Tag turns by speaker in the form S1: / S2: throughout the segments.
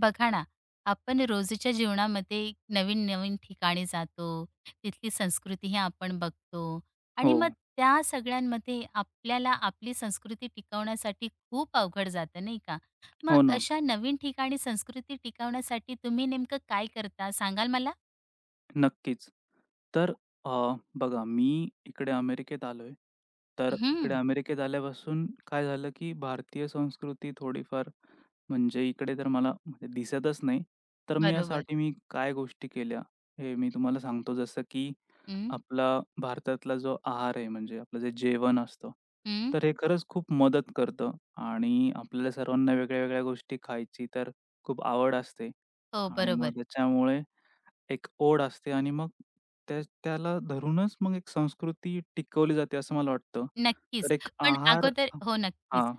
S1: बघा ना, आपण रोजच्या जीवनामध्ये नवीन-नवीन ठिकाणी जातो, तिथली संस्कृतीही आपण बघतो आणि
S2: हो,
S1: मग त्या सगळ्यांमध्ये आपल्याला आपली संस्कृती टिकवण्यासाठी खूप अवघड जातं, नाही का? मग
S2: हो ना.
S1: अशा नवीन ठिकाणी संस्कृती टिकवण्यासाठी तुम्ही नेमकं काय करता सांगाल मला?
S2: नक्कीच. तर अ, बघा इकडे अमेरिकेत आलोय. तर इकडे
S1: हं,
S2: अमेरिकेत आल्यापासून काय झालं, की भारतीय संस्कृती थोडीफार म्हणजे इकडे तर मला म्हणजे दिसतच नाही. तर मी
S1: बरोबर.
S2: यासाठी मी काय गोष्टी केल्या, हे मी तुम्हाला सांगतो. जसं की
S1: हं,
S2: आपला भारतातला जो आहार आहे, म्हणजे आपलं जे जेवण असतं,
S1: हं.
S2: तर हे खरंच खूप मदत करतं आणि आपल्याला सर्वांना वेगळ्या-वेगळ्या गोष्टी खायची तर खूप आवड असते
S1: हो,
S2: आणि
S1: बरोबर.
S2: मग त्याच्यामुळे एक ओढ असते आणि मग त्याला धरूनच मग एक संस्कृती टिकवली जाते असं मला वाटतं. तर
S1: नक्कीच.
S2: एक
S1: पण
S2: आहार
S1: अगोदर हो, नक्कीच.
S2: हां,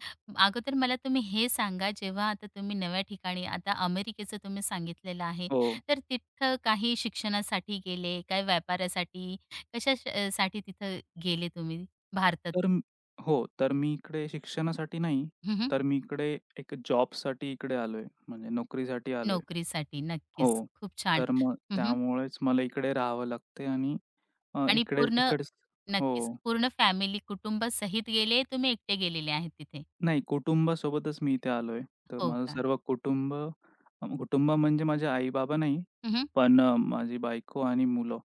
S1: अगोदर मला तुम्ही हे सांगा, जेव्हा आता तुम्ही नव्या ठिकाणी आता अमेरिकेचं तुम्ही सांगितलेलं आहे,
S2: हो.
S1: तर तिथं काही शिक्षणासाठी गेले, काय व्यापारासाठी, कशा साठी तिथं गेले तुम्ही
S2: तर
S1: भारतातून?
S2: हो, तर मी इकडे शिक्षणासाठी नाही,
S1: हं, हं.
S2: तर मी इकडे एक जॉबसाठी आलोय, म्हणजे नोकरीसाठी आलोय.
S1: नोकरीसाठी.
S2: हो.
S1: नक्कीच. खूप छान.
S2: तर मग
S1: हं,
S2: त्यामुळेच मला इकडे राहावं लागतंय आणि अ,
S1: आणि
S2: इकडे
S1: पूर्ण
S2: इकडे हो.
S1: नक्कीच. पूर्ण फॅमिली, कुटुंबासहित गेले, तुम्ही एकटे गेलेले आहेत तिथे?
S2: नाही, कुटुंबासोबतच मी इथे आलोय. तर
S1: हो
S2: माझं
S1: का?
S2: सर्व कुटुंब कुटुंब म्हणजे माझे आई-बाबा नाही,
S1: हं, हं.
S2: पण माझी बायको आणि मुलं.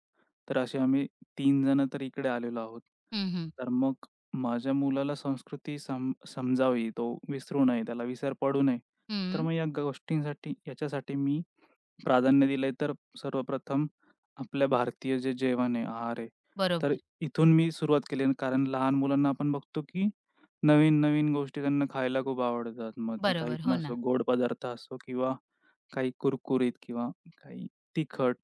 S2: तर असे आम्ही 3 जण तर इकडे आलेलो आहोत. तर मग माझ्या मुलाला संस्कृती समजावी, तो विसरू नये, त्याला विसर पडू नये. तर
S1: हं.
S2: मग या गोष्टींसाठी याच्यासाठी मी प्राधान्य दिलंय, तर सर्वप्रथम आपल्या भारतीय जे जेवण आहे, आहार आहे. तर
S1: बरोबर.
S2: इथून मी सुरुवात केली आणि कारण लहान मुलांना आपण बघतो, की नवीन-नवीन गोष्टी त्यांना खायला खूप आवडतात. मग ते काही
S1: बरोबर.
S2: पण
S1: हो ना.
S2: असो, गोड पदार्थ असो किंवा काही कुरकुरीत किंवा काही तिखट.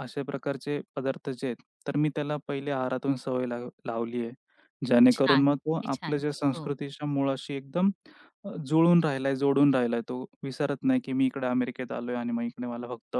S2: अशा प्रकारचे पदार्थ जे आहेत, तर मी त्याला पहिले आहारातून सवय लावली आहे. जेणेकरून
S1: छान!
S2: मग तो
S1: किती
S2: आपल्या
S1: छान!
S2: ज्या
S1: हो.
S2: संस्कृतीच्या मुळाशी एकदम जुळून राहिलाय, जोडून राहिलाय. तो विसरत नाही, की मी इकडे अमेरिकेत आलोय आणि मग इकडे मला फक्त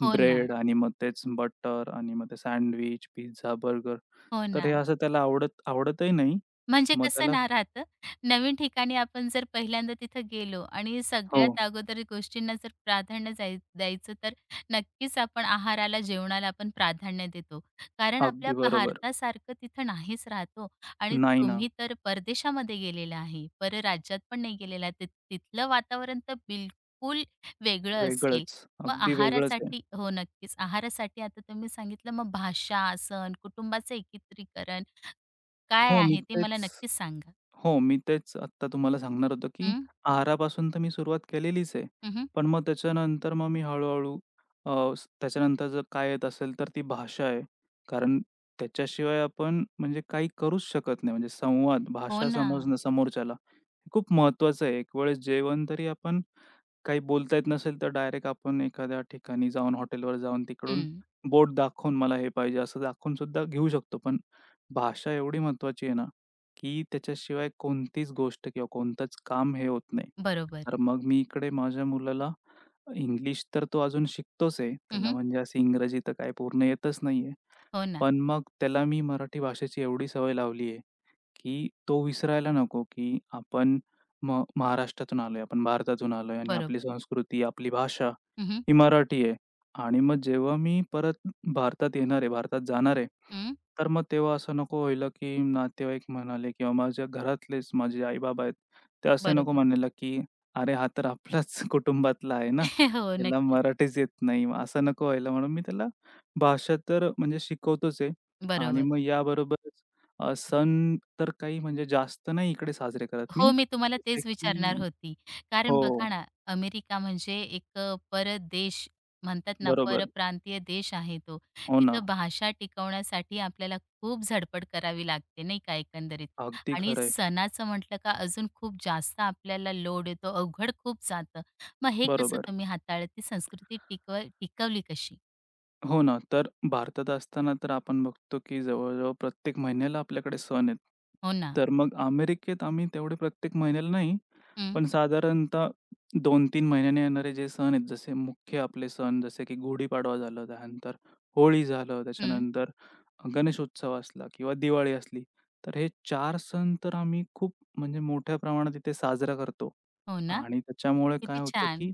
S1: हो ना.
S2: ब्रेड आणि मग तेच बटर आणि मग ते सँडविच, पिझ्झा, बर्गर.
S1: हो
S2: तर
S1: ना.
S2: हे असं त्याला आवडतही नाही.
S1: म्हणजे
S2: मग
S1: कसं
S2: त्याला
S1: ना राहतं, नवीन ठिकाणी आपण जर पहिल्यांदा तिथं गेलो आणि
S2: हो,
S1: सगळ्यात अगोदर गोष्टींना जर प्राधान्य जाय द्यायचं, तर नक्कीच आपण आहाराला, जेवणाला आपण प्राधान्य देतो. कारण आपल्या
S2: अगदी बरोबर.
S1: भारतासारखं तिथं नाहीच राहत ओ आणि
S2: नाही ना,
S1: तुम्ही तर परदेशामध्ये गेलेला आहे, परराज्यात पण नाही गेलेला. तिथलं वातावरण तर बिलकुल वेगळं असेल.
S2: वेगळंच.
S1: मग
S2: अगदी वेगळंच आहे.
S1: आहारासाठी हो, नक्कीच. आहारासाठी आता तुम्ही सांगितलं, मग भाषा, सण, कुटुंबाचं एकत्रीकरण काय
S2: हो, मी
S1: आहे ते मला
S2: तेच
S1: नक्कीच सांगा.
S2: हो, मी तेच आत्ता तुम्हाला सांगणार होतो, की
S1: हं,
S2: आहारापासून तर मी सुरुवात केलेलीच आहे.
S1: हं,
S2: पण मग त्याच्यानंतर मग मी हळू-हळू अ, स त्याच्यानंतर जर काय येत असेल तर ती भाषा आहे. कारण त्याच्याशिवाय आपण म्हणजे काही करूच शकत नाही. म्हणजे संवाद,
S1: हो
S2: भाषा
S1: ना.
S2: समजणं समोरच्याला हे खूप महत्त्वाचं आहे. एक वेळेस जेवण तरी आपण काही बोलता येत नसेल तर डायरेक्ट आपण एखाद्या ठिकाणी जाऊन हॉटेलवर जाऊन तिकडून
S1: हं.
S2: बोट दाखवून मला हे पाहिजे असं दाखवून सुद्धा घेऊ शकतो. पण भाषा एवढी महत्त्वाची आहे ना. की त्याच्याशिवाय कोणतीच गोष्ट किंवा कोणतंच काम हे होत नाही.
S1: बरोबर.
S2: तर मग मी इकडे माझ्या मुलाला इंग्लिश तर तो अजून शिकतोच आहे. त्याला
S1: हं,
S2: म्हणजे असं इंग्रजी तर काही पूर्ण येतच नाहीये.
S1: हो ना.
S2: पण मग त्याला मी मराठी भाषेची एवढी सवय लावली आहे, की तो विसरायला नको, की आपण महाराष्ट्रातून आलोय, आपण भारतातून आलोय आणि आपली
S1: बरोबर.
S2: संस्कृती, आपली भाषा
S1: हं.
S2: ही मराठी आहे आणि मग जेव्हा मी परत भारतात येणार आहे, भारतात जाणार आहे,
S1: हं.
S2: तर मग तेव्हा असं नको व्हायला, की नातेवाईक म्हणाले किंवा माझ्या घरातलेच माझे आई-बाबा आहेत, ते असे नको
S1: बरोबर.
S2: म्हणायला, की "अरे, हा तर आपलाच कुटुंबातला आहे ना,
S1: हो,
S2: याला
S1: नक्कीच.
S2: मराठीच येत नाही." मग असं नको व्हायला म्हणून मी त्याला भाषा तर म्हणजे शिकवतोच आहे आणि
S1: बरोबर.
S2: मग याबरोबरच सण तर काही म्हणजे जास्त नाही इकडे साजरे करत
S1: हो,
S2: मी.
S1: मी तुम्हाला
S2: जसे
S1: तेच विचारणार
S2: की
S1: होती. कारण
S2: हो,
S1: बघा ना, अमेरिका म्हणजे एक परदेश म्हणतात ना,
S2: बरोबर.
S1: परप्रांतीय देश आहे तो.
S2: हो ना.
S1: तिथं भाषा टिकवण्यासाठी आपल्याला खूप धडपड करावी लागते, नाही का, एकंदरीत.
S2: अगदी
S1: आणि
S2: खरं
S1: सणाचं म्हटलं का अजून खूप जास्त आपल्याला लोड येतो, अवघड खूप जातं. मग हे कसं
S2: बरोबर.
S1: तुम्ही हाताळलं? ती संस्कृती टिकवली कशी?
S2: हो ना. तर भारतात असताना तर आपण बघतो, की जवळ-जवळ प्रत्येक महिन्याला आपल्याकडे सण आहेत.
S1: हो ना.
S2: तर मग अमेरिकेत आम्ही तेवढे प्रत्येक महिन्याला नाही,
S1: हं,
S2: पण साधारणतः 2-3 महिन्याने येणारे जे सण आहेत, जसे मुख्य आपले सण जसे की गुढीपाडवा झालं, त्यानंतर होळी झालं,
S1: हं.
S2: त्याच्यानंतर गणेशोत्सव असला किंवा दिवाळी असली. तर हे 4 सण तर आम्ही खूप म्हणजे मोठ्या प्रमाणात इथे साजरा करतो
S1: हो ना.
S2: आणि त्याच्यामुळे
S1: किती
S2: काय होतं,
S1: छान.
S2: की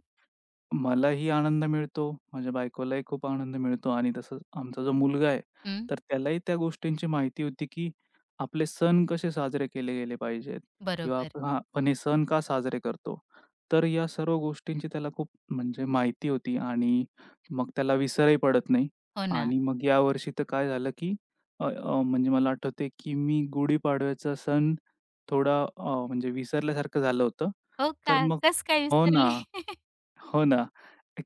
S2: मलाही आनंद मिळतो, माझ्या बायकोलाही खूप आनंद मिळतो आणि तसंच आमचा जो मुलगा आहे,
S1: हं,
S2: तर त्यालाही त्या गोष्टींची माहिती होती, की आपले सण कसे साजरे केले गेले पाहिजेत किंवा
S1: बरोबर.
S2: आपण हे सण का साजरे करतो? तर या सर्व गोष्टींची त्याला खूप म्हणजे माहिती होती आणि मग त्याला विसरही पडत नाही
S1: हो ना.
S2: आणि मग यावर्षी तर काय झालं, की अ, अ, म्हणजे मला आठवतंय, की मी गुढीपाडव्याचा सण थोडा म्हणजे विसरल्यासारखं झालं होतं.
S1: हो का?
S2: तर मग
S1: कसं काय
S2: हो ना.
S1: विसरले?
S2: हो ना.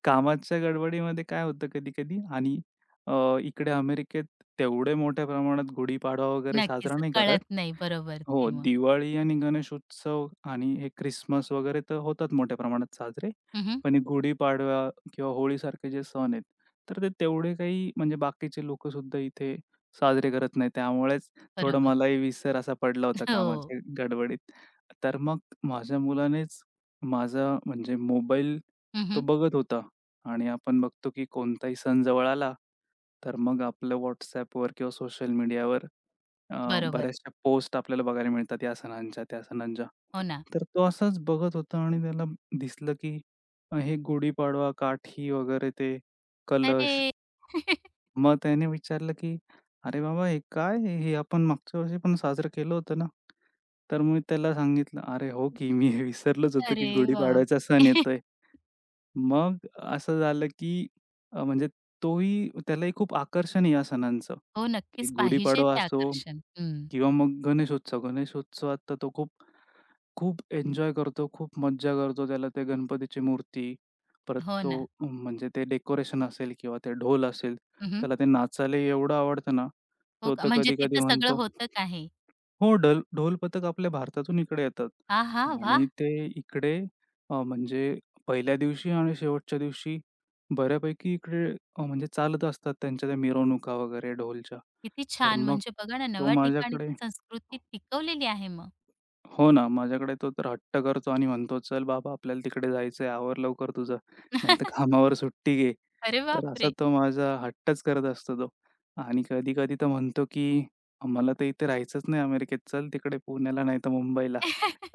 S2: कामाच्या गडबडीमध्ये काय होतं कधी-कधी आणि अ, इकडे अमेरिकेत तेवढे मोठ्या प्रमाणात गुढीपाडवा वगैरे
S1: नक्कीच.
S2: साजरा नाही करत.
S1: कळत नाही. बरोबर
S2: हो,
S1: ते मग.
S2: दिवाळी आणि गणेश उत्सव आणि हे ख्रिसमस वगैरे तर होतात मोठ्या प्रमाणात साजरे.
S1: हं,
S2: पण हे गुढीपाडवा किंवा होळीसारखे जे सण आहेत, तर ते तेवढे काही म्हणजे बाकीचे लोकंसुद्धा इथे साजरे करत नाही. त्यामुळेच थोडं
S1: बरोबर.
S2: मलाही विसर असा पडला होता
S1: हो.
S2: कामाच्या गडबडीत. तर मग माझ्या मुलानेच माझा म्हणजे मोबाईल तो
S1: हं,
S2: बघत होता आणि आपण बघतो की कोणताही सण जवळ आला, तर मग आपलं WhatsAppवर किंवा सोशल मीडियावर
S1: बरोबर.
S2: बऱ्याचशा पोस्ट आपल्याला बघायला मिळतात या सणांच्या, त्या सणांच्या.
S1: हो ना.
S2: तर तो असाच बघत होता आणि त्याला दिसलं की हे गुढीपाडवा, काठी वगैरे ते कलश.
S1: अरे!
S2: मग त्याने विचारलं की "अरे बाबा हे काय हे? हे आपण मागच्या वर्षी पण साजरं केलं होतं ना?" तर मी त्याला सांगितलं, "अरे हो की मी हे विसरलोच होतो की
S1: अरे बापरे!
S2: गुढीपाडव्याचा सण येतोय." मग असं झालं की अ, म्हणजे त्यालाही खूप आकर्षण आहे या सणांचं,
S1: हो,
S2: की
S1: नक्कीच पाहिजे
S2: गुढीपाडवा
S1: ते
S2: असो
S1: आकर्षण. हं.
S2: किंवा मग गणेशोत्सव. गणेशोत्सवात तर तो खूप, खूप एन्जॉय करतो, खूप मज्जा करतो. त्याला ते गणपतीची मूर्ती, परत
S1: हो
S2: तो
S1: ना.
S2: म्हणजे ते डेकोरेशन असेल किंवा ते ढोल असेल,
S1: हं,
S2: त्याला ते नाचायला एवढं आवडतं ना,
S1: हो
S2: तो
S1: का?
S2: तर
S1: म्हणजे
S2: कधी-कधी
S1: तिथं सगळं
S2: म्हणतो
S1: होतं का हे?
S2: हो, ढोल पथक आपल्या भारतातून इकडे येतात
S1: आहा! वाह!
S2: आणि ते इकडे म्हणजे पहिल्या दिवशी आणि शेवटच्या दिवशी बऱ्यापैकी इकडे म्हणजे चालत असतात त्यांच्या त्या मिरवणुका वगैरे ढोलच्या.
S1: किती
S2: तर
S1: छान.
S2: मग
S1: म्हणजे बघा ना,
S2: तो
S1: नव्या ठिकाणी
S2: माझ्याकडे
S1: ती संस्कृती टिकवलेली आहे मग.
S2: हो ना, माझ्याकडे तो तर हट्ट करतो आणि म्हणतो, "चल बाबा आपल्याला तिकडे जायचंय, आवर लवकर तुझं, नाहीतर कामावर सुट्टी घे."
S1: अरे
S2: तर असा
S1: बापरे!
S2: तो माझा हट्टच करत असतो तो. आणि कधी-कधी तर म्हणतो, की "आम्हाला तर इथे राहायचंच नाही अमेरिकेत, चल तिकडे पुण्याला नाहीतर मुंबईला."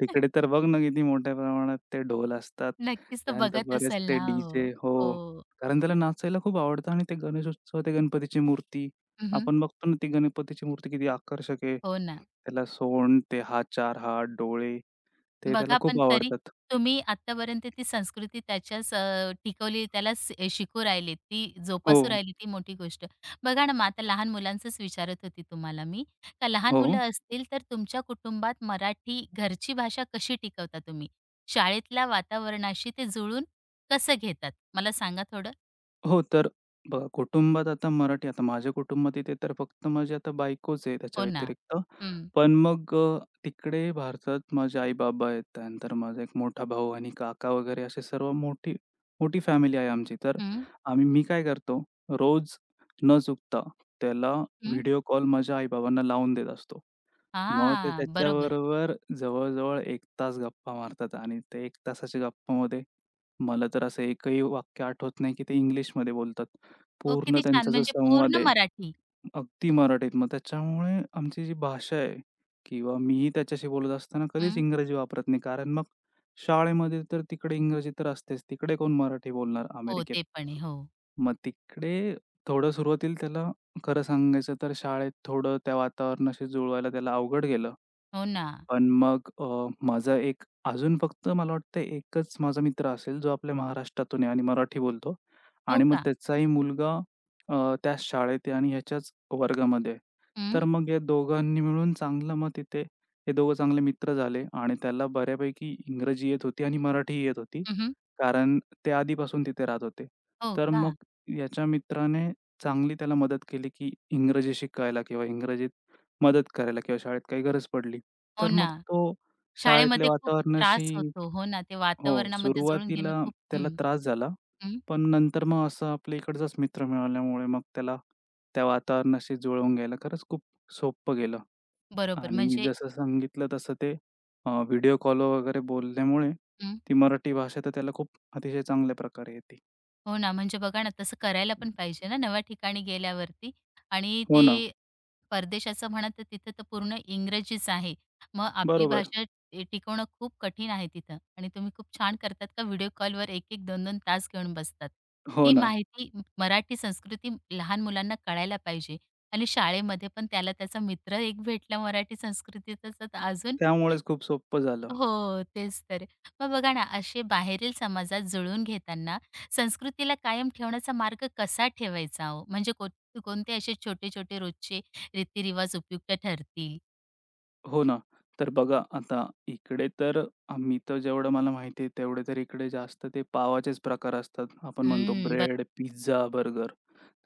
S2: तिकडे तर बघ ना किती मोठ्या प्रमाणात ते ढोल असतात.
S1: नक्कीच तो
S2: त्यानंतर
S1: बघत
S2: बरेच
S1: असेल
S2: ते
S1: ना. हो.
S2: डी-जे हो,
S1: हो.
S2: कारण त्याला नाचायला खूप आवडतं आणि ते गणेशोत्सव, ते गणपतीची मूर्ती
S1: हं,
S2: आपण बघतो ना, ती गणपतीची मूर्ती किती आकर्षक आहे.
S1: हो ना.
S2: त्याला सोंड, ते हा चार हात, डोळे ते त्याला
S1: बघा, पण
S2: खूप
S1: तरी
S2: आवडतात.
S1: तुम्ही आत्तापर्यंत ती संस्कृती त्याच्याच टिकवली, त्याला शिकू राहिले, ती
S2: हो,
S1: जोपासू राहिली, ती मोठी गोष्ट. बघा ना, मग आता लहान मुलांचंच विचारत होती तुम्हाला मी, का लहान
S2: हो.
S1: मुलं असतील तर तुमच्या कुटुंबात मराठी घरची भाषा कशी टिकवता तुम्ही? शाळेतल्या वातावरणाशी ते जुळून कसं घेतात? मला सांगा थोडं?
S2: हो, तर बघा कुटुंबात आता मराठी आता माझ्या कुटुंबात इथे तर फक्त माझी आता बायकोच आहे त्याच्या
S1: हो ना.
S2: व्यतिरिक्त.
S1: हं,
S2: पण मग तिकडे भारतात माझे आई-बाबा आहेत, त्यानंतर माझा एक मोठा भाऊ आणि काका वगैरे असे सर्व मोठी मोठी फॅमिली आहे आमची. तर
S1: हं,
S2: मी काय करतो रोज न चुकता त्याला
S1: हं.
S2: व्हिडिओ कॉल माझ्या आई-बाबांना लावून देत असतो. मग ते
S1: हां, बरोबर.
S2: त्याच्याबरोबर जवळ-जवळ एक तास गप्पा मारतात आणि ते 1 तासाच्या गप्पामध्ये मला तर असं एकही वाक्य आठवत नाही, की ते इंग्लिशमध्ये बोलतात.
S1: हो,
S2: पूर्ण
S1: किती छान!
S2: त्यांचा जो
S1: म्हणजे
S2: संवाद
S1: पूर्ण
S2: आहे,
S1: मराठी.
S2: अगदी मराठीत. मग त्याच्यामुळे आमची जी भाषा आहे किंवा मीही त्याच्याशी बोलत असताना कधीच
S1: हं.
S2: इंग्रजी वापरत नाही. कारण मग शाळेमध्ये तर तिकडे इंग्रजी तर असतेच. तिकडे कोण मराठी बोलणार
S1: हो,
S2: अमेरिकेत.
S1: ते पण आहे. हो.
S2: मग तिकडे थोडं सुरुवातीला त्याला खरं सांगायचं तर शाळेत थोडं त्या वातावरणाशी जुळवायला त्याला अवघड गेलं.
S1: हो ना.
S2: पण मग माझा एक अजून फक्त मला वाटतं एकच माझा मित्र असेल, जो आपल्या महाराष्ट्रातून आहे आणि मराठी बोलतो
S1: हो
S2: आणि मग
S1: का?
S2: त्याचाही मुलगा त्याच शाळेत आहे आणि ह्याच्याच वर्गामध्ये आहे.
S1: हं.
S2: तर मग या दोघांनी मिळून चांगलं मग तिथे हे दोघं चांगले मित्र झाले आणि त्याला बऱ्यापैकी इंग्रजी येत होती आणि मराठीही येत होती.
S1: हं,
S2: कारण ते आधीपासून तिथे राहत होते.
S1: हो
S2: तर
S1: का?
S2: मग याच्या मित्राने चांगली त्याला मदत केली, की इंग्रजी शिकायला किंवा इंग्रजीत मदत करायला किंवा शाळेत काही गरज पडली,
S1: हो
S2: तर
S1: ना.
S2: मग तो
S1: शाळेमध्ये
S2: शाळेतल्या
S1: खूप त्रास
S2: वातावरणाशी
S1: होतो. हो ना, ते
S2: हो,
S1: वातावरणामध्ये जुळून घेणं
S2: सुरुवातीला
S1: खूप
S2: त्याला
S1: हं,
S2: त्रास झाला.
S1: हं.
S2: पण नंतर मग असं आपल्या इकडचाच मित्र मिळाल्यामुळे मग त्याला त्या वातावरणाशी जुळवून घ्यायला खरंच खूप सोपं गेलं
S1: बरोबर
S2: आणि मी
S1: म्हणजे
S2: जसं सांगितलं तसं ते व्हिडिओ कॉल वगैरे बोलल्यामुळे
S1: हं.
S2: ती मराठी भाषा तर त्याला अतिशय चांगल्या प्रकारे येते.
S1: हो ना, म्हणजे बघा ना, तसं करायला पण पाहिजे ना नव्या ठिकाणी गेल्यावरती आणि
S2: हो ना.
S1: ते परदेशाचं म्हणा तर तिथं तर पूर्ण इंग्रजीच आहे. मग आपली
S2: बरोबर.
S1: भाषा टिकवणं खूप कठीण आहे तिथं आणि तुम्ही खूप छान करतात का व्हिडिओ कॉलवर 1 एक 2-2 तास घेऊन बसतात.
S2: हो
S1: ती
S2: ना.
S1: माहिती मराठी संस्कृती लहान मुलांना कळायला पाहिजे आणि शाळेमध्ये पण त्याला त्याचा मित्र एक भेटला मराठी संस्कृतीचा तर अजून
S2: त्यामुळेच खूप सोपं झालं.
S1: हो, तेच तर. मग बघा ना, असे बाहेरील समाजात जुळवून घेताना संस्कृतीला कायम ठेवण्याचा मार्ग कसा ठेवायचा हो? म्हणजे कोणते असे छोटे-छोटे रोजचे रीतिरिवाज उपयुक्त ठरतील?
S2: हो ना. तर बघा आता इकडे तर आम्ही तर जेवढं मला माहिती आहे तेवढे तर इकडे जास्त ते पावाचेच प्रकार असतात. आपण म्हणतो
S1: हं,
S2: ब्रेड, पिझ्झा, बर्गर.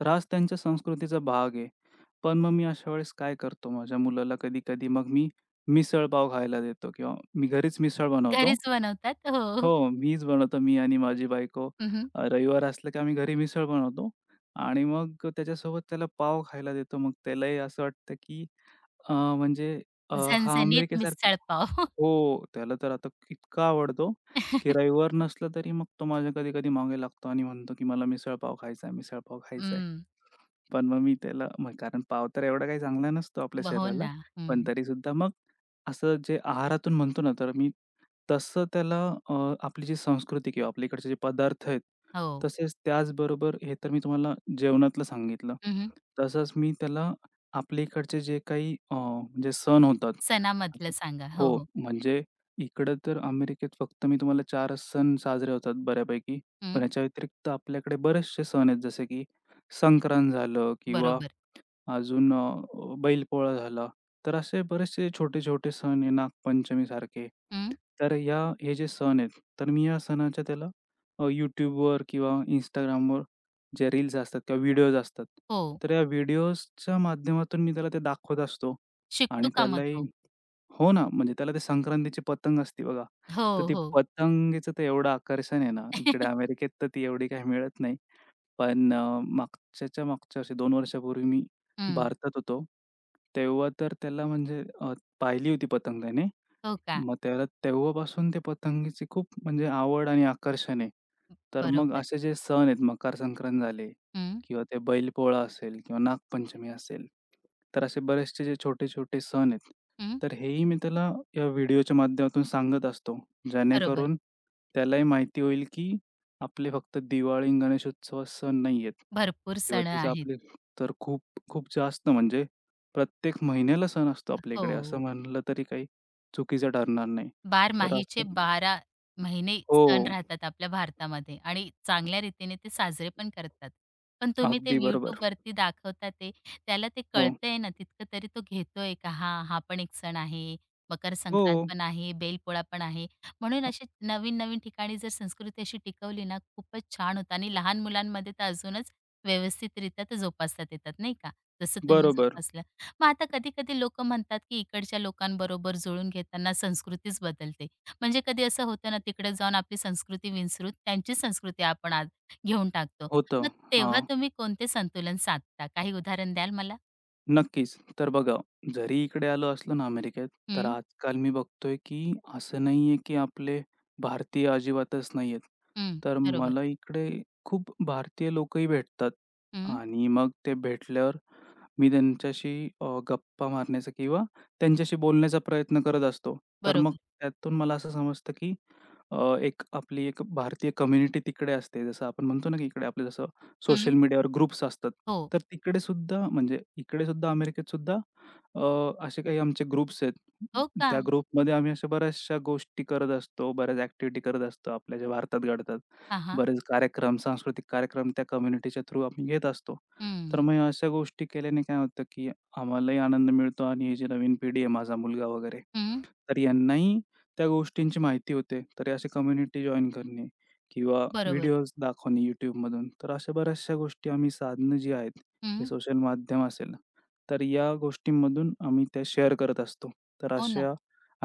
S2: तर हाच त्यांच्या संस्कृतीचा भाग आहे. पण मग मी अशा वेळेस काय करतो माझ्या मुलाला कधी-कधी मग मी मिसळ पाव खायला देतो किंवा मी घरीच मिसळ बनवतो.
S1: घरीच बनवतात. हो.
S2: हो, मीच बनवतो आणि माझी बायको.
S1: हं, हं.
S2: रविवार असलं की आम्ही घरी मिसळ बनवतो आणि मग त्याच्यासोबत त्याला पाव खायला देतो. मग त्यालाही असं वाटतं की अ, म्हणजे हा
S1: झणझणीत
S2: अमेरिकेसारखा
S1: मिसळ पाव.
S2: हो, त्याला तर आता इतका आवडतो, की रविवार नसला तरी मग तो माझ्या कधी-कधी मागे लागतो आणि म्हणतो, की "मला मिसळपाव खायचा आहे, मिसळपाव खायचा आहे."
S1: हं.
S2: पण मग मी त्याला मग कारण पाव तर एवढा काही चांगला नसतो आपल्या
S1: हो
S2: शरीराला,
S1: ना. हं.
S2: पण तरीसुद्धा मग असं जे आहारातून म्हणतो ना, तर मी तसं त्याला अ, आपली जी संस्कृती किंवा आपल्या इकडचे जे पदार्थ आहेत,
S1: हो.
S2: तसेच त्याचबरोबर हे तर मी तुम्हाला जेवणातलं सांगितलं.
S1: हं,
S2: तसंच मी त्याला आपल्या इकडचे जे काही म्हणजे सण होतात.
S1: सणामधलं
S2: आता
S1: सांगा. हो,
S2: हो,
S1: हो.
S2: म्हणजे इकडं तर अमेरिकेत फक्त मी तुम्हाला 4च सण साजरे होतात बऱ्यापैकी.
S1: हं.
S2: पण याच्या व्यतिरिक्त आपल्याकडे बरेचसे सण आहेत जसे की संक्रांत झालं किंवा
S1: बरोबर.
S2: अजून बैलपोळा झाला. तर असे बरेचसे छोटे-छोटे सण आहे नागपंचमीसारखे.
S1: हं.
S2: तर हे जे सण आहेत, तर मी या सणाच्या त्याला YouTubeवर किंवा Instagramवर जे रील्स असतात किंवा व्हिडिओज असतात.
S1: हो.
S2: तर या व्हिडिओजच्या माध्यमातून मी त्याला ते दाखवत असतो
S1: शिकतो
S2: आणि
S1: का मग
S2: त्यालाही
S1: तो?
S2: हो ना, म्हणजे त्याला ते संक्रांतीची पतंग असते बघा. तर
S1: हो,
S2: ती
S1: हो.
S2: पतंगीचं तर एवढं आकर्षण आहे ना, इकडे अमेरिकेत तर ती एवढी काही मिळत नाही. पण मागच्याच्या मागच्या असे 2 वर्षापूर्वी मी
S1: हं.
S2: भारतात होतो. तेव्हा तर त्याला म्हणजे पाहिली होती पतंग त्याने.
S1: हो का?
S2: मग त्याला तेव्हापासून ते पतंगीची खूप म्हणजे आवड आणि आकर्षण आहे. तर मग
S1: बरोबर.
S2: असे जे सण आहेत, मकर संक्रांत झाले
S1: हं,
S2: किंवा ते बैलपोळा असेल किंवा नागपंचमी असेल, तर असे बरेचसे जे छोटे-छोटे सण आहेत,
S1: हं.
S2: तर हेही मी त्याला या व्हिडिओच्या माध्यमातून सांगत असतो.
S1: बरोबर.
S2: जेणेकरून त्यालाही माहिती होईल की आपले फक्त दिवाळी आणि गणेशोत्सव सण नाहीयेत
S1: भरपूर
S2: किंवा
S1: सण
S2: तीच
S1: आहेत.
S2: आपले तर खूप खूप जास्त म्हणजे प्रत्येक महिन्याला सण असतो आपल्या इकडे, असं
S1: हो.
S2: म्हणलं तरी काही चुकीचं ठरणार नाही.
S1: 12
S2: तर
S1: माहीचे
S2: असं
S1: बारा महिने
S2: हो,
S1: सण राहतात आपल्या भारतामध्ये आणि चांगल्या रीतीने ते साजरे पण करतात. पण तुम्ही ते
S2: अगदी बरोबर.
S1: YouTubeवरती दाखवता ते, त्याला ते
S2: हो.
S1: कळतंय ना तितकं तरी तो घेतोय का हां, हा पण एक सण आहे, मकर
S2: हो,
S1: संक्रांत पण आहे, बैलपोळा पण आहे. म्हणून अशी नवीन-नवीन ठिकाणी जर संस्कृती अशी टिकवली ना, खूपच छान होतं आणि लहान मुलांमध्ये तर अजूनच व्यवस्थितरित्या ते जोपासता येतात, नाही का? जसं तुम्ही
S2: बरोबर.
S1: जोपासलं. मग आता कधी-कधी लोकं म्हणतात, की इकडच्या लोकांबरोबर जुळून घेताना संस्कृतीच बदलते. म्हणजे कधी असं होतं ना, तिकडे जाऊन आपली संस्कृती विसरून त्यांची संस्कृती आपण आज घेऊन टाकतो.
S2: होतं.
S1: मग तेव्हा
S2: हां.
S1: तुम्ही कोणते संतुलन साधता? काही उदाहरण द्याल मला?
S2: नक्कीच. तर बघा, जरी इकडे आलो असलो ना अमेरिकेत, तर
S1: हं,
S2: आजकाल मी बघतोय की असं नाहीये की आपले भारतीय अजिबातच नाहीयेत.
S1: हं.
S2: तर
S1: बरोबर.
S2: मला इकडे खूप भारतीय लोकही भेटतात
S1: हं,
S2: आणि मग ते भेटल्यावर मी त्यांच्याशी गप्पा मारण्याचा किंवा त्यांच्याशी बोलण्याचा प्रयत्न करत असतो. तर मग
S1: बरोबर.
S2: त्यातून मला असं समजतं, की अ, एक आपली एक भारतीय कम्युनिटी तिकडे असते. जसं आपण म्हणतो ना, की इकडे आपलं जसं
S1: हं.
S2: सोशल मीडियावर ग्रुप्स असतात.
S1: हो.
S2: तर तिकडे सुद्धा म्हणजे इकडे सुद्धा अमेरिकेत सुद्धा असे काही आमचे ग्रुप्स आहेत.
S1: हो का?
S2: त्या ग्रुपमध्ये आम्ही अशा बऱ्याचशा गोष्टी करत असतो, बऱ्याच ॲक्टिव्हिटी करत असतो. आपल्या ज्या भारतात घडतात.
S1: हां, हां.
S2: बरेच कार्यक्रम, सांस्कृतिक कार्यक्रम त्या कम्युनिटीच्या थ्रू आम्ही घेत असतो. तर
S1: हं,
S2: मग ह्या अशा गोष्टी केल्याने काय होतं, की आम्हालाही आनंद मिळतो आणि ही जी नवीन पिढी आहे, माझा मुलगा वगैरे,
S1: हं.
S2: तर यांनाही त्या गोष्टींची माहिती होते. तर अशी कम्युनिटी जॉइन करणे किंवा
S1: बरोबर.
S2: व्हिडिओज दाखवणे YouTubeमधून. तर अशा बऱ्याचशा गोष्टी आम्ही साधनं जी आहेत, हे
S1: हं.
S2: सोशल माध्यम असेल, तर या गोष्टींमधून आम्ही त्या शेअर करत असतो. तर
S1: हो ना.
S2: अशा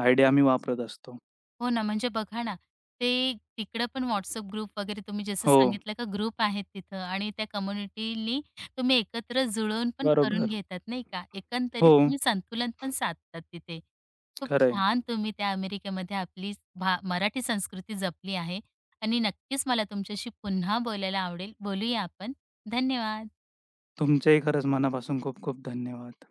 S2: आयडिया आम्ही वापरत असतो.
S1: हो ना, म्हणजे बघा ना, ते तिकडं पण WhatsApp ग्रुप वगैरे तुम्ही जसं
S2: हो,
S1: सांगितलं का ग्रुप आहेत तिथं आणि त्या कम्युनिटीनी तुम्ही एकत्र जुळवून पण करून
S2: बरोबर.
S1: घेतात नाही का?
S2: हो,
S1: एकंदरीत तुम्ही संतुलन पण साधतात तिथे. खूप
S2: खरं आहे.
S1: छान तुम्ही त्या अमेरिकेमध्ये आपली मराठी संस्कृती जपली आहे आणि नक्कीच मला तुमच्याशी पुन्हा बोलायला आवडेल. बोलूया आपण. धन्यवाद.
S2: खरंच मनापासून खूप खूप धन्यवाद.